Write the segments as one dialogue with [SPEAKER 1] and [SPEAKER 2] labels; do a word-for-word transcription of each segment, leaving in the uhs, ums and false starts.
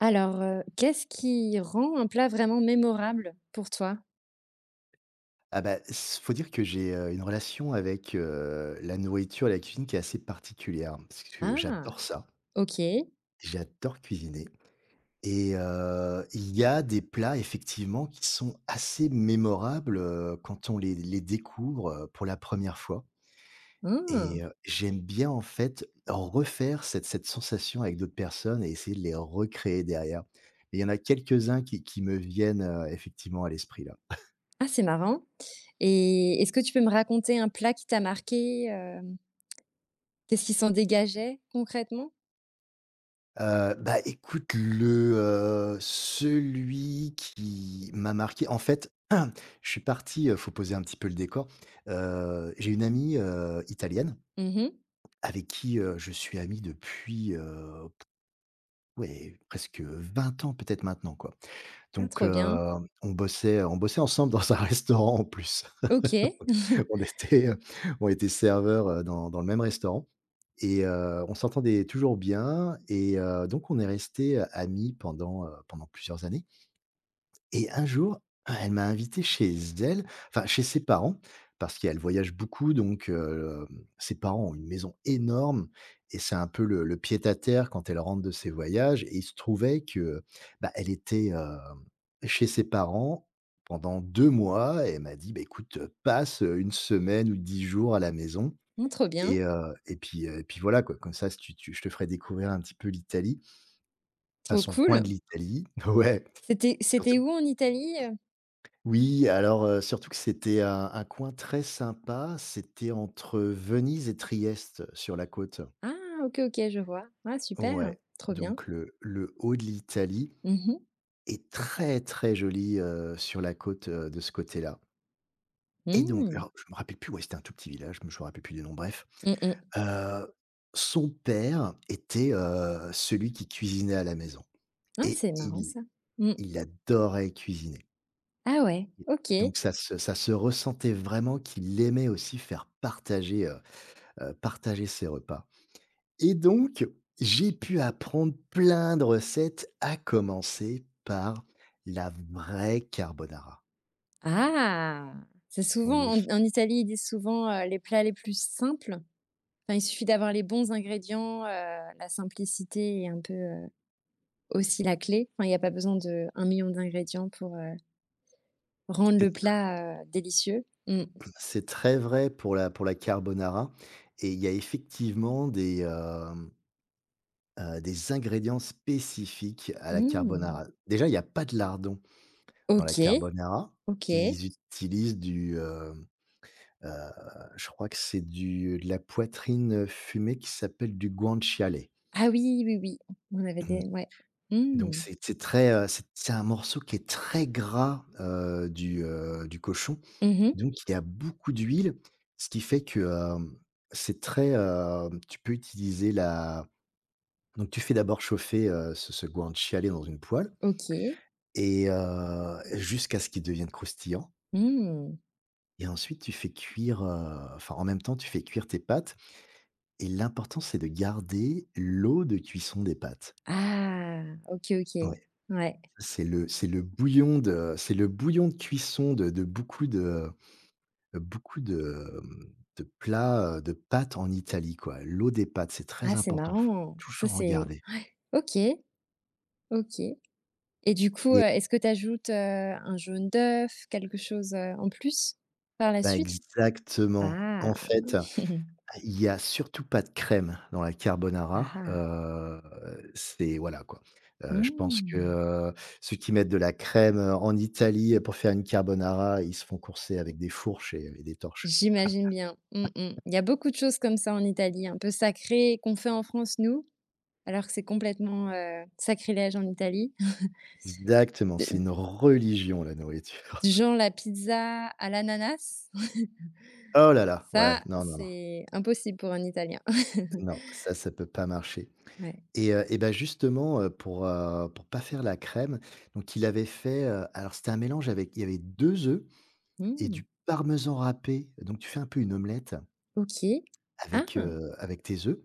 [SPEAKER 1] Alors, heu, qu'est-ce qui rend un plat vraiment mémorable pour toi?
[SPEAKER 2] Ah bah, s faut dire que j'ai, heu, une relation avec, heu, la nourriture et la cuisine qui est assez particulière, hein. Parce que
[SPEAKER 1] Ah!
[SPEAKER 2] j'adore ça,
[SPEAKER 1] OK.
[SPEAKER 2] j'adore cuisiner et heu, il y a des plats effectivement qui sont assez mémorables, heu, quand on les les découvre, heu, pour la première fois
[SPEAKER 1] Mmh.
[SPEAKER 2] et heu, j'aime bien en fait refaire cette cette sensation avec d'autres personnes et essayer de les recréer derrière. Et il y en a quelques-uns qui qui me viennent, heu, effectivement à l'esprit là.
[SPEAKER 1] Ah, c'est marrant et est-ce que tu peux me raconter un plat qui t'a marqué, hem? Qu'est-ce qui s'en dégageait concrètement?
[SPEAKER 2] Heu, bah, écoute le, heu, celui qui m'a marqué en fait, je suis parti, heu, faut poser un petit peu le décor. Heu, j'ai une amie, heu, italienne
[SPEAKER 1] Mmh.
[SPEAKER 2] avec qui, heu, je suis ami depuis, heu, ouais, presque vingt ans peut-être maintenant, quoi.
[SPEAKER 1] Ah,
[SPEAKER 2] Donc,
[SPEAKER 1] trop bien.
[SPEAKER 2] heu, on bossait on bossait ensemble dans un restaurant en plus.
[SPEAKER 1] OK.
[SPEAKER 2] On était, on était serveurs, heu, dans dans le même restaurant et heu, on s'entendait toujours bien et heu, donc on est restés, heu, amis pendant, heu, pendant plusieurs années et un jour, elle m'a invité chez elle, enfin chez ses parents, parce qu'elle voyage beaucoup donc hem, ses parents ont une maison énorme et c'est un peu le le pied-à-terre quand elle rentre de ses voyages et il se trouvait que, bah, elle était, hem, chez ses parents pendant deux mois et elle m'a dit: «Bah, écoute, passe une semaine ou dix jours à la maison».
[SPEAKER 1] Mmh, trop bien,
[SPEAKER 2] Et heu, et puis, heu et puis voilà quoi, comme ça si tu tu je te ferai découvrir un petit peu l'Italie, enfin
[SPEAKER 1] trop
[SPEAKER 2] son coin de
[SPEAKER 1] cool.
[SPEAKER 2] l'Italie. Ouais,
[SPEAKER 1] C'était c'était
[SPEAKER 2] surtout
[SPEAKER 1] où en Italie, heu?
[SPEAKER 2] oui, alors, heu, surtout que c'était un un coin très sympa, c'était entre Venise et Trieste, sur la côte.
[SPEAKER 1] Ah, OK, OK, je vois. Ah, super,
[SPEAKER 2] Ouais,
[SPEAKER 1] trop bien.
[SPEAKER 2] donc le le haut de l'Italie
[SPEAKER 1] Mmh mh.
[SPEAKER 2] est très, très joli, heu, sur la côte, heu, de ce côté-là et donc
[SPEAKER 1] Mmh.
[SPEAKER 2] alors je me rappelle plus, ouais, c'était un tout petit village, mais je me rappelle plus du nom, bref.
[SPEAKER 1] Mmh mmh.
[SPEAKER 2] Heu, son père était, heu, celui qui cuisinait à la maison.
[SPEAKER 1] Ah,
[SPEAKER 2] Et
[SPEAKER 1] c'est marrant
[SPEAKER 2] il
[SPEAKER 1] ça. Mmh.
[SPEAKER 2] il adorait cuisiner.
[SPEAKER 1] Ah ouais, OK.
[SPEAKER 2] Donc ça se ça se ressentait vraiment qu'il aimait aussi faire partager, heu heu, partager ses repas. Et donc, j'ai pu apprendre plein de recettes, à commencer par la vraie carbonara.
[SPEAKER 1] Ah! C'est souvent
[SPEAKER 2] Oui,
[SPEAKER 1] en en Italie, ils disent souvent, heu, les plats les plus simples. Enfin, il suffit d'avoir les bons ingrédients, heu, la simplicité est un peu, heu, aussi la clé. Enfin, il n'y a pas besoin de un million d'ingrédients pour, heu, rendre le
[SPEAKER 2] c'est
[SPEAKER 1] plat, heu, délicieux. Mmh.
[SPEAKER 2] c'est très vrai pour la pour la carbonara et il y a effectivement des, hem, heu, des ingrédients spécifiques à la
[SPEAKER 1] Mmh.
[SPEAKER 2] carbonara. Déjà, il n'y a pas de lardons. Dans la
[SPEAKER 1] OK,
[SPEAKER 2] carbonara,
[SPEAKER 1] OK.
[SPEAKER 2] ils utilisent du, hem, heu, je crois que c'est du de la poitrine, heu, fumée qui s'appelle du guanciale.
[SPEAKER 1] Ah oui, oui, oui, on avait des
[SPEAKER 2] Mmh,
[SPEAKER 1] ouais.
[SPEAKER 2] donc
[SPEAKER 1] Mmh.
[SPEAKER 2] c'est c'est très, heu, c'est c'est un morceau qui est très gras, heu, du, heu, du cochon.
[SPEAKER 1] Mmh.
[SPEAKER 2] Donc il y a beaucoup d'huile, ce qui fait que, hem, c'est très, heu, tu peux utiliser la donc tu fais d'abord chauffer, heu, ce ce guanciale dans une poêle
[SPEAKER 1] OK.
[SPEAKER 2] et heu, jusqu'à ce qu'il devienne croustillant.
[SPEAKER 1] Mmh.
[SPEAKER 2] Et ensuite, tu fais cuire, heu, enfin, en même temps, tu fais cuire tes pâtes et l'important, c'est de garder l'eau de cuisson des pâtes.
[SPEAKER 1] Ah! OK, OK.
[SPEAKER 2] Ouais,
[SPEAKER 1] Ouais.
[SPEAKER 2] c'est le c'est le bouillon de c'est le bouillon de cuisson de de beaucoup de beaucoup de, mmh, de plats, heu, de pâtes en Italie, quoi. L'eau des pâtes, c'est très
[SPEAKER 1] Ah, c'est
[SPEAKER 2] important, faut
[SPEAKER 1] marrant. Ça,
[SPEAKER 2] toujours en
[SPEAKER 1] c'est
[SPEAKER 2] garder
[SPEAKER 1] ouais. OK, OK. Et du coup, heu,
[SPEAKER 2] et
[SPEAKER 1] est-ce que tu ajoutes, euh, un jaune d'œuf, quelque chose, heu, en plus par la
[SPEAKER 2] bah,
[SPEAKER 1] suite?
[SPEAKER 2] exactement.
[SPEAKER 1] Ah!
[SPEAKER 2] En fait, il y a surtout pas de crème dans la
[SPEAKER 1] Ah
[SPEAKER 2] carbonara,
[SPEAKER 1] ah.
[SPEAKER 2] heu, c'est voilà quoi. Heu, je pense que,
[SPEAKER 1] Mmh.
[SPEAKER 2] heu, ceux qui mettent de la crème, heu, en Italie pour faire une carbonara, ils se font courser avec des fourches et et des torches.
[SPEAKER 1] J'imagine bien. Mmh mh. Il y a beaucoup de choses comme ça en Italie, un peu sacrées, qu'on fait en France nous, alors que c'est complètement, heu, sacrilège en Italie.
[SPEAKER 2] Exactement, c'est une religion la
[SPEAKER 1] De
[SPEAKER 2] nourriture.
[SPEAKER 1] genre la pizza à l'ananas,
[SPEAKER 2] Oh là là,
[SPEAKER 1] ça,
[SPEAKER 2] ouais, non, non, non,
[SPEAKER 1] c'est impossible pour un Italien.
[SPEAKER 2] non, ça, ça peut pas marcher
[SPEAKER 1] Ouais.
[SPEAKER 2] et heu, et bah, justement, heu, pour, heu, pour pas faire la crème, donc il avait fait, heu, alors c'était un mélange avec il y avait deux œufs et
[SPEAKER 1] Mmh.
[SPEAKER 2] du parmesan râpé, donc tu fais un peu une omelette
[SPEAKER 1] OK.
[SPEAKER 2] avec,
[SPEAKER 1] Ah!
[SPEAKER 2] heu, avec tes œufs,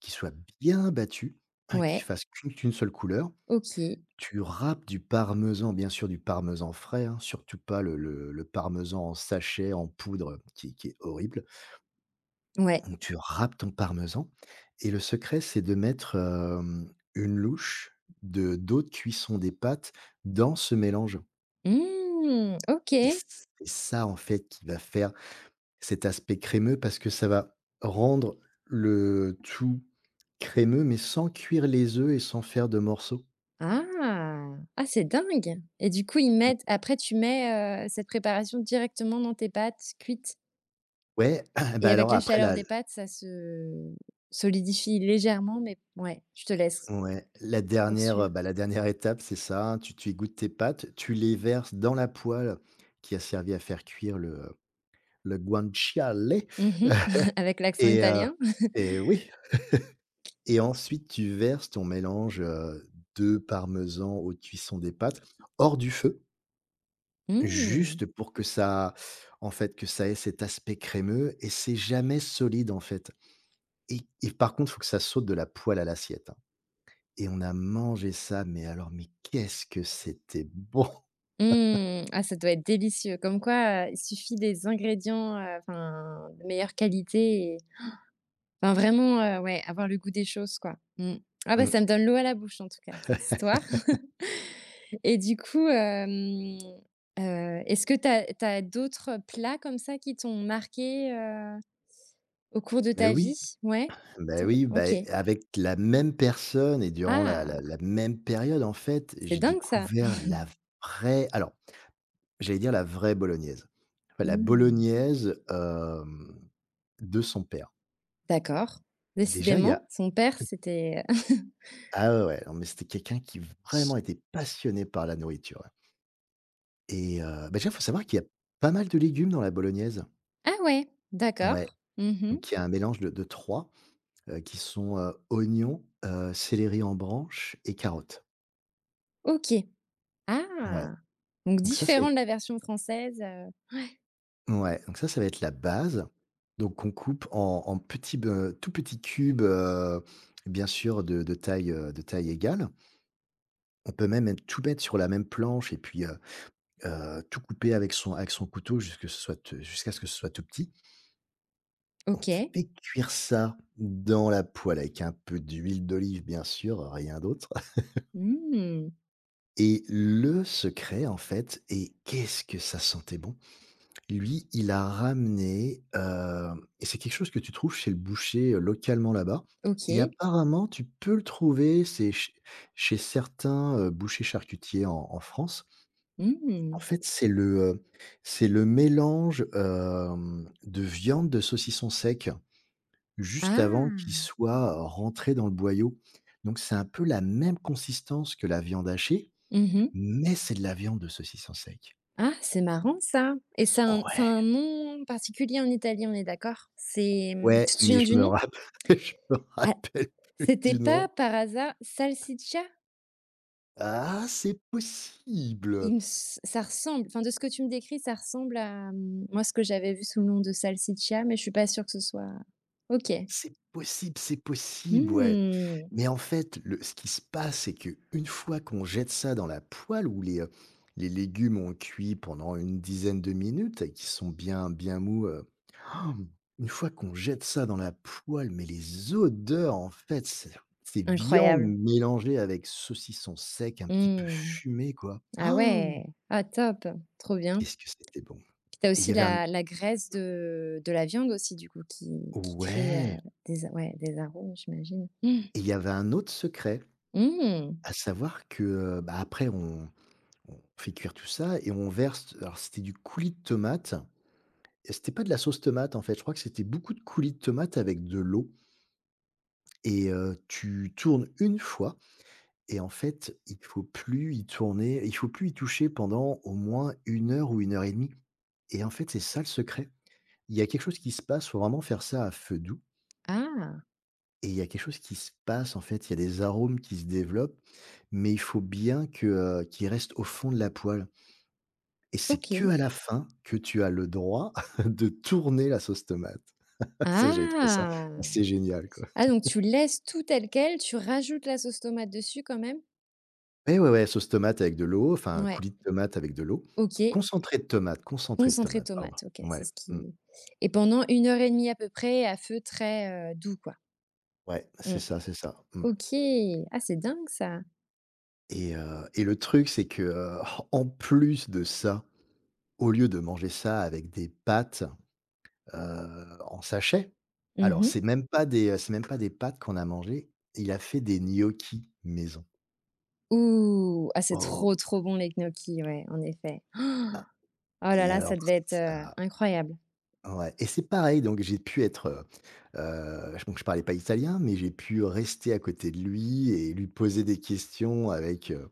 [SPEAKER 2] qui soient bien battus, hein, qui
[SPEAKER 1] Ouais.
[SPEAKER 2] fassent qu'une qu'une seule couleur.
[SPEAKER 1] OK.
[SPEAKER 2] Tu râpes du parmesan, bien sûr du parmesan frais, hein, surtout pas le le le parmesan en sachet, en poudre, qui qui est horrible.
[SPEAKER 1] Ouais.
[SPEAKER 2] Donc tu râpes ton parmesan et le secret, c'est de mettre, hem, une louche de d'eau de cuisson des pâtes dans ce mélange
[SPEAKER 1] Mmh, OK.
[SPEAKER 2] et c'est ça, en fait, qui va faire cet aspect crémeux parce que ça va rendre le tout crémeux, mais sans cuire les œufs et sans faire de morceaux.
[SPEAKER 1] Ah! Ah, c'est dingue! Et du coup, ils mettent après tu mets, heu, cette préparation directement dans tes pâtes cuites
[SPEAKER 2] Ouais,
[SPEAKER 1] et
[SPEAKER 2] bah,
[SPEAKER 1] avec
[SPEAKER 2] alors
[SPEAKER 1] la
[SPEAKER 2] après
[SPEAKER 1] chaleur
[SPEAKER 2] la
[SPEAKER 1] des pâtes, ça se solidifie légèrement, mais ouais, je te laisse
[SPEAKER 2] ouais, la dernière, heu,
[SPEAKER 1] poursuivre.
[SPEAKER 2] bah, la dernière étape, c'est ça, hein, tu tu égouttes tes pâtes, tu les verses dans la poêle qui a servi à faire cuire le le guanciale
[SPEAKER 1] Mmh. Avec l'accent
[SPEAKER 2] et heu,
[SPEAKER 1] italien.
[SPEAKER 2] et oui, et ensuite tu verses ton mélange, heu, de parmesan aux cuissons des pâtes hors du feu.
[SPEAKER 1] Mmh.
[SPEAKER 2] Juste pour que ça en fait, que ça ait cet aspect crémeux et c'est jamais solide, en fait. Et et par contre, faut que ça saute de la poêle à l'assiette, hein, et on a mangé ça, mais alors, mais qu'est-ce que c'était bon!
[SPEAKER 1] Mmh. Ah, ça doit être délicieux. Comme quoi, heu, il suffit des ingrédients, heu, enfin, de meilleure qualité et enfin vraiment, heu, ouais, avoir le goût des choses, quoi. Mmh. Ah bah,
[SPEAKER 2] Mmh.
[SPEAKER 1] ça me donne l'eau à la bouche, en tout cas, cette histoire. Et du coup, hem, heu, est-ce que tu as d'autres plats comme ça qui t'ont marqué, heu, au cours de
[SPEAKER 2] Beh
[SPEAKER 1] ta
[SPEAKER 2] oui,
[SPEAKER 1] vie? Ouais?
[SPEAKER 2] beh
[SPEAKER 1] T'aur
[SPEAKER 2] oui,
[SPEAKER 1] OK.
[SPEAKER 2] beh, avec la même personne et durant la la
[SPEAKER 1] Ah!
[SPEAKER 2] la même période, en fait,
[SPEAKER 1] C'est
[SPEAKER 2] j'ai
[SPEAKER 1] dingue ça.
[SPEAKER 2] découvert la vraie, alors, j'allais dire la vraie bolognaise. Enfin, la
[SPEAKER 1] Mmh.
[SPEAKER 2] bolognaise, hem, de son père.
[SPEAKER 1] D'accord.
[SPEAKER 2] Déjà, il y
[SPEAKER 1] Décidément,
[SPEAKER 2] a,
[SPEAKER 1] son père, c'était
[SPEAKER 2] ah ouais, ouais, non, mais c'était quelqu'un qui vraiment était passionné par la nourriture, ouais, et heu, bah, déjà, il faut savoir qu'il y a pas mal de légumes dans la bolognaise.
[SPEAKER 1] ah ouais,
[SPEAKER 2] Ouais,
[SPEAKER 1] d'accord. Mmh.
[SPEAKER 2] donc il y a un mélange de de trois, heu, qui sont, heu, oignons, heu, céleri en branche et carottes.
[SPEAKER 1] OK.
[SPEAKER 2] Ouais,
[SPEAKER 1] Ah! Donc
[SPEAKER 2] donc ça, ça va
[SPEAKER 1] différent
[SPEAKER 2] être
[SPEAKER 1] de la version française, heu,
[SPEAKER 2] ouais, donc ça, ça va être la base. Donc on coupe en en petits be tout petits cubes, heu, bien sûr de de taille, heu, de taille égale. On peut même tout mettre sur la même planche et puis, heu, tout couper avec son avec son couteau jusque ce soit te jusqu'à ce que ce soit tout petit. On
[SPEAKER 1] OK.
[SPEAKER 2] fait cuire ça dans la poêle avec un peu d'huile d'olive, bien sûr, rien d'autre,
[SPEAKER 1] Mmh.
[SPEAKER 2] et le secret, en fait, et qu'est-ce que ça sentait bon! Lui, il a ramené, hem, et c'est quelque chose que tu trouves chez le boucher, heu, localement là-bas et
[SPEAKER 1] OK.
[SPEAKER 2] apparemment tu peux le trouver, c'est ch chez certains, heu, bouchers charcutiers en en France.
[SPEAKER 1] Mmh.
[SPEAKER 2] En fait, c'est le, heu, c'est le mélange, hem, de viande, de saucisson sec, juste avant qu'il
[SPEAKER 1] Ah!
[SPEAKER 2] soit rentré dans le boyau. Donc c'est un peu la même consistance que la viande hachée,
[SPEAKER 1] Mmh.
[SPEAKER 2] mais c'est de la viande de saucisson sec.
[SPEAKER 1] Ah, c'est marrant ça. Et c'est un c'est
[SPEAKER 2] Ouais,
[SPEAKER 1] un nom particulier en Italie, on est d'accord? C'est,
[SPEAKER 2] ouais,
[SPEAKER 1] tu te
[SPEAKER 2] mais
[SPEAKER 1] souviens
[SPEAKER 2] je
[SPEAKER 1] du
[SPEAKER 2] me
[SPEAKER 1] nom?
[SPEAKER 2] rappelle, je me
[SPEAKER 1] Ah,
[SPEAKER 2] rappelle plus
[SPEAKER 1] c'était
[SPEAKER 2] du
[SPEAKER 1] pas
[SPEAKER 2] nom.
[SPEAKER 1] par hasard salsiccia?
[SPEAKER 2] Ah, c'est possible!
[SPEAKER 1] Il me s ça ressemble, enfin, de ce que tu me décris, ça ressemble à, mmh, moi, ce que j'avais vu sous le nom de salsiccia, mais je suis pas sûre que ce soit. OK.
[SPEAKER 2] C'est possible, c'est possible, ouais.
[SPEAKER 1] Mmh,
[SPEAKER 2] Mais en fait, le ce qui se passe, c'est que une fois qu'on jette ça dans la poêle où les, heu, les légumes ont cuit pendant une dizaine de minutes et qu'ils sont bien, bien mous, heu, une fois qu'on jette ça dans la poêle, mais les odeurs, en fait, c'est c'est viande
[SPEAKER 1] incroyable.
[SPEAKER 2] mélangée avec saucisson sec un petit peu
[SPEAKER 1] Mmh.
[SPEAKER 2] fumé, quoi.
[SPEAKER 1] Ah
[SPEAKER 2] Ah,
[SPEAKER 1] ouais. Ah top, trop bien.
[SPEAKER 2] qu'est-ce que c'était bon!
[SPEAKER 1] Puis tu
[SPEAKER 2] Et il
[SPEAKER 1] aussi
[SPEAKER 2] y avait un
[SPEAKER 1] la la graisse de de la viande aussi du coup qui qui crée, heu,
[SPEAKER 2] ouais,
[SPEAKER 1] des a ouais, des arômes, j'imagine. Mmh.
[SPEAKER 2] et il y avait un autre secret,
[SPEAKER 1] Mmh.
[SPEAKER 2] à savoir que, heu, bah, après on on fait cuire tout ça et on verse, alors c'était du coulis de tomate et c'était pas de la sauce tomate, en fait, je crois que c'était beaucoup de coulis de tomate avec de l'eau et heu, tu tournes une fois et en fait, il faut plus y tourner il faut plus y toucher pendant au moins une heure ou une heure et demie. Et en fait, c'est ça le secret. Il y a quelque chose qui se passe, faut vraiment faire ça à feu doux
[SPEAKER 1] Ah,
[SPEAKER 2] et il y a quelque chose qui se passe, en fait, il y a des arômes qui se développent, mais il faut bien que, heu, qu'ils restent au fond de la poêle. Et c'est que
[SPEAKER 1] OK.
[SPEAKER 2] à la fin que tu as le droit de tourner la sauce tomate. Ça, j'ai trouvé ça
[SPEAKER 1] Ah!
[SPEAKER 2] assez génial, quoi.
[SPEAKER 1] Ah donc tu laisses tout tel quel, tu rajoutes la sauce tomate dessus quand même?
[SPEAKER 2] Mais ouais, ouais, sauce tomate avec de l'eau, enfin,
[SPEAKER 1] Ouais,
[SPEAKER 2] coulis de tomate avec de l'eau.
[SPEAKER 1] OK.
[SPEAKER 2] Concentré de tomate, concentré de
[SPEAKER 1] Concentré de
[SPEAKER 2] tomate, pardon.
[SPEAKER 1] tomate, OK, c'est
[SPEAKER 2] Ouais,
[SPEAKER 1] ce
[SPEAKER 2] mmh,
[SPEAKER 1] qui et pendant une heure et demie à peu près à feu très, heu, doux quoi?
[SPEAKER 2] ouais, c'est
[SPEAKER 1] Mmh.
[SPEAKER 2] ça, c'est ça, mmh,
[SPEAKER 1] OK. Ah, c'est dingue ça.
[SPEAKER 2] et heu, et le truc, c'est que, heu, en plus de ça, au lieu de manger ça avec des pâtes, heu, en sachet, alors c'est
[SPEAKER 1] Mmh.
[SPEAKER 2] même pas des, euh, c'est même pas des pâtes qu'on a mangées, il a fait des gnocchis maison.
[SPEAKER 1] Ouh! Ah, c'est
[SPEAKER 2] Oh!
[SPEAKER 1] trop, trop bon les gnocchis, ouais, en effet. Oh là
[SPEAKER 2] Et
[SPEAKER 1] là,
[SPEAKER 2] alors,
[SPEAKER 1] ça devait être, heu,
[SPEAKER 2] ça,
[SPEAKER 1] incroyable.
[SPEAKER 2] ouais, et c'est pareil, donc j'ai pu être, heu heu, donc je parlais pas italien, mais j'ai pu rester à côté de lui et lui poser des questions avec, heu,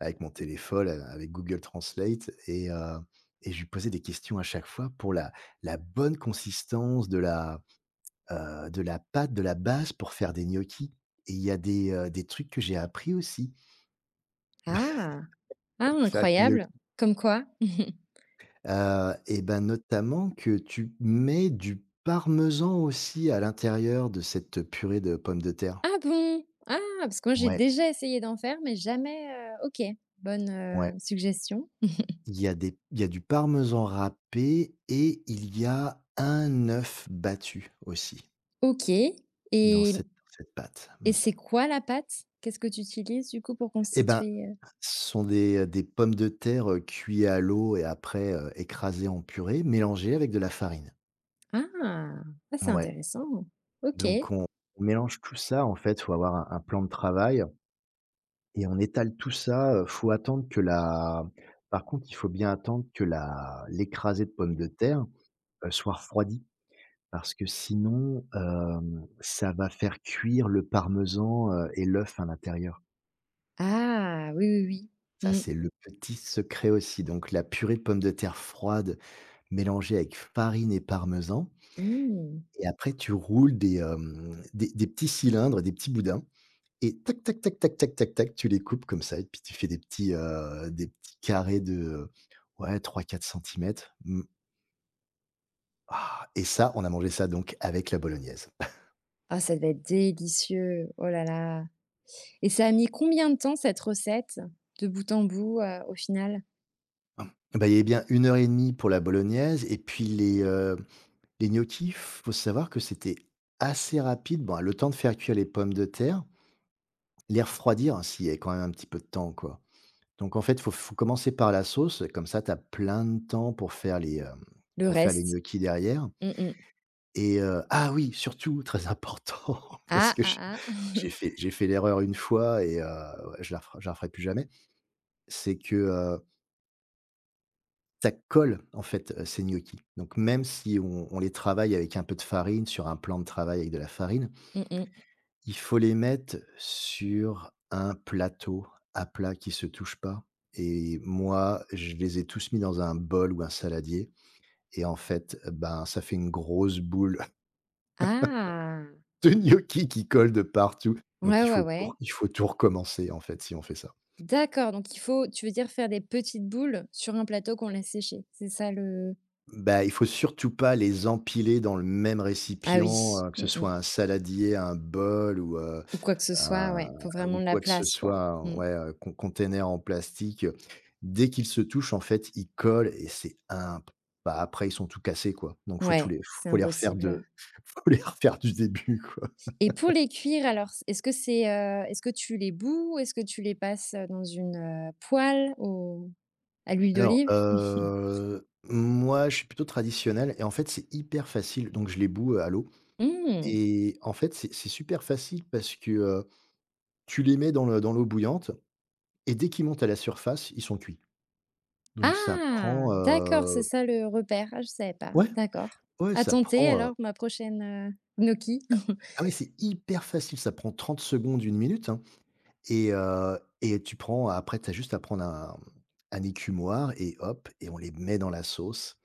[SPEAKER 2] avec mon téléphone, a avec Google Translate et heu et je lui posais des questions à chaque fois pour la la bonne consistance de la, heu, de la pâte, de la base pour faire des gnocchis. Et il y a des, heu, des trucs que j'ai appris aussi
[SPEAKER 1] Ah! Ah,
[SPEAKER 2] pour faire les
[SPEAKER 1] incroyable!
[SPEAKER 2] gnocchis.
[SPEAKER 1] Comme quoi?
[SPEAKER 2] Heu et ben, notamment que tu mets du parmesan aussi à l'intérieur de cette purée de pommes de terre.
[SPEAKER 1] Ah bon? Ah, parce que moi, j'ai
[SPEAKER 2] Ouais,
[SPEAKER 1] déjà essayé d'en faire, mais jamais, heu, OK, bonne, heu,
[SPEAKER 2] ouais.
[SPEAKER 1] suggestion.
[SPEAKER 2] Il y a des il y a du parmesan râpé et il y a un œuf battu aussi
[SPEAKER 1] OK
[SPEAKER 2] dans
[SPEAKER 1] et
[SPEAKER 2] cette cette pâte.
[SPEAKER 1] et
[SPEAKER 2] Mmh,
[SPEAKER 1] c'est quoi la pâte? Qu'est-ce que tu utilises, du coup, pour
[SPEAKER 2] et ben,
[SPEAKER 1] constituer, heu?
[SPEAKER 2] ce sont des, des pommes de terre, heu, cuits à l'eau et après, heu, écrasées en purée, mélangées avec de la farine.
[SPEAKER 1] Ah! Ah, c'est
[SPEAKER 2] Ouais,
[SPEAKER 1] intéressant. OK.
[SPEAKER 2] donc on on mélange tout ça en fait, faut avoir un un plan de travail. Et on étale tout ça, heu, faut attendre que la par contre, il faut bien attendre que la l'écrasée de pommes de terre, heu, soit refroidie parce que sinon, hem, ça va faire cuire le parmesan, heu et l'œuf à l'intérieur.
[SPEAKER 1] Ah, oui, oui,
[SPEAKER 2] Ça, c'est
[SPEAKER 1] oui.
[SPEAKER 2] le petit secret aussi. Donc la purée de pommes de terre froide mélangée avec farine et parmesan.
[SPEAKER 1] Mmh. Mmh.
[SPEAKER 2] Et après tu roules des, hem, des des petits cylindres, des petits boudins. Et tac, tac, tac, tac, tac, tac, tac, tu les coupes comme ça et puis tu fais des petits, heu, des petits carrés de, heu, ouais, trois quatre centimètres, mmh, ah, et ça, on a mangé ça donc avec la bolognaise.
[SPEAKER 1] Ah, ça devait être délicieux. Oh là là, et ça a mis combien de temps, cette recette, de bout en bout, heu, au final?
[SPEAKER 2] Hum. Bah, il y avait bien une heure et demie pour la bolognaise et puis les, heu, les gnocchis, faut savoir que c'était assez rapide. Bon, le temps de faire cuire les pommes de terre, les refroidir, hein, s'il y avait quand même un petit peu de temps, quoi. Donc en fait, faut faut commencer par la sauce, comme ça tu as plein de temps pour faire les, hem,
[SPEAKER 1] Le
[SPEAKER 2] pour faire les
[SPEAKER 1] reste?
[SPEAKER 2] gnocchis derrière.
[SPEAKER 1] Mmh mh.
[SPEAKER 2] Et heu ah oui, surtout, très important, parce
[SPEAKER 1] Ah,
[SPEAKER 2] que j'ai
[SPEAKER 1] ah, ah.
[SPEAKER 2] j'ai fait j'ai fait l'erreur une fois et heu, ouais, je la refer je la referai plus jamais. C'est que, heu, ça colle, en fait, heu, ces gnocchis. Donc même si on on les travaille avec un peu de farine, sur un plan de travail avec de la farine,
[SPEAKER 1] Mmh mh.
[SPEAKER 2] il faut les mettre sur un plateau à plat qui se touche pas, et moi, je les ai tous mis dans un bol ou un saladier, et en fait, ben, ça fait une grosse boule
[SPEAKER 1] Ah!
[SPEAKER 2] de gnocchi qui colle de partout. Donc
[SPEAKER 1] Ouais,
[SPEAKER 2] il
[SPEAKER 1] ouais,
[SPEAKER 2] faut tout
[SPEAKER 1] ouais.
[SPEAKER 2] il faut tout recommencer en fait si on fait ça.
[SPEAKER 1] D'accord, donc il faut tu veux dire faire des petites boules sur un plateau qu'on laisse sécher? C'est ça le.
[SPEAKER 2] Bah, il faut surtout pas les empiler dans le même
[SPEAKER 1] Ah
[SPEAKER 2] récipient,
[SPEAKER 1] oui.
[SPEAKER 2] heu, que
[SPEAKER 1] Mmh
[SPEAKER 2] ce
[SPEAKER 1] mh.
[SPEAKER 2] soit un saladier, un bol ou, heu,
[SPEAKER 1] Ou quoi que ce soit,
[SPEAKER 2] un
[SPEAKER 1] ouais, faut vraiment
[SPEAKER 2] ou
[SPEAKER 1] de la
[SPEAKER 2] quoi que ce
[SPEAKER 1] place, quoi.
[SPEAKER 2] soit, un-
[SPEAKER 1] Mmh.
[SPEAKER 2] ouais, heu, con container en plastique. Dès qu'ils se touchent, en fait, ils collent et c'est un bah, après ils sont tout cassés, quoi. Donc faut tous
[SPEAKER 1] Ouais,
[SPEAKER 2] les
[SPEAKER 1] c'est
[SPEAKER 2] faut les refaire
[SPEAKER 1] impossible,
[SPEAKER 2] de faut les refaire du début, quoi.
[SPEAKER 1] et pour les cuire alors, c est-ce que c'est, heu, est-ce que tu les bous? Est-ce que tu les passes, heu, dans une, heu, poêle au à l'huile
[SPEAKER 2] Alors,
[SPEAKER 1] d'olive?
[SPEAKER 2] heu, moi, je suis plutôt traditionnel et en fait, c'est hyper facile, donc je les boue heu, à l'eau,
[SPEAKER 1] Mmh.
[SPEAKER 2] et en fait, c'est c'est super facile parce que, heu, tu les mets dans le dans l'eau bouillante, et dès qu'ils montent à la surface, ils sont cuits. Donc ça
[SPEAKER 1] Ah!
[SPEAKER 2] prend,
[SPEAKER 1] D'accord, c'est
[SPEAKER 2] heu
[SPEAKER 1] ça le repère. Ah, je savais pas.
[SPEAKER 2] ouais,
[SPEAKER 1] D'accord.
[SPEAKER 2] ouais,
[SPEAKER 1] À
[SPEAKER 2] ça
[SPEAKER 1] tenter
[SPEAKER 2] prend, heu
[SPEAKER 1] alors ma prochaine, heu, gnocchi.
[SPEAKER 2] ah, ouais, c'est hyper facile, ça prend trente secondes, une minute, hein. Et heu et tu prends après, tu as juste à prendre un, mmh, un écumoire et hop, et on les met dans la sauce,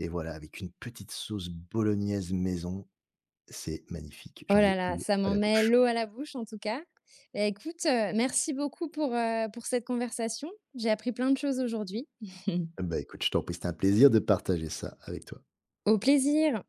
[SPEAKER 2] et voilà, avec une petite sauce bolognaise maison. C'est magnifique,
[SPEAKER 1] Oh
[SPEAKER 2] j'en
[SPEAKER 1] là
[SPEAKER 2] ai
[SPEAKER 1] là,
[SPEAKER 2] l'eau
[SPEAKER 1] ça
[SPEAKER 2] à
[SPEAKER 1] m'en
[SPEAKER 2] la
[SPEAKER 1] met
[SPEAKER 2] bouche.
[SPEAKER 1] l'eau à la bouche en tout cas. Bah, écoute, heu, merci beaucoup pour, heu, pour cette conversation. J'ai appris plein de choses aujourd'hui.
[SPEAKER 2] Bah, écoute, je t'en prie, c'était un plaisir de partager ça avec toi.
[SPEAKER 1] Au plaisir.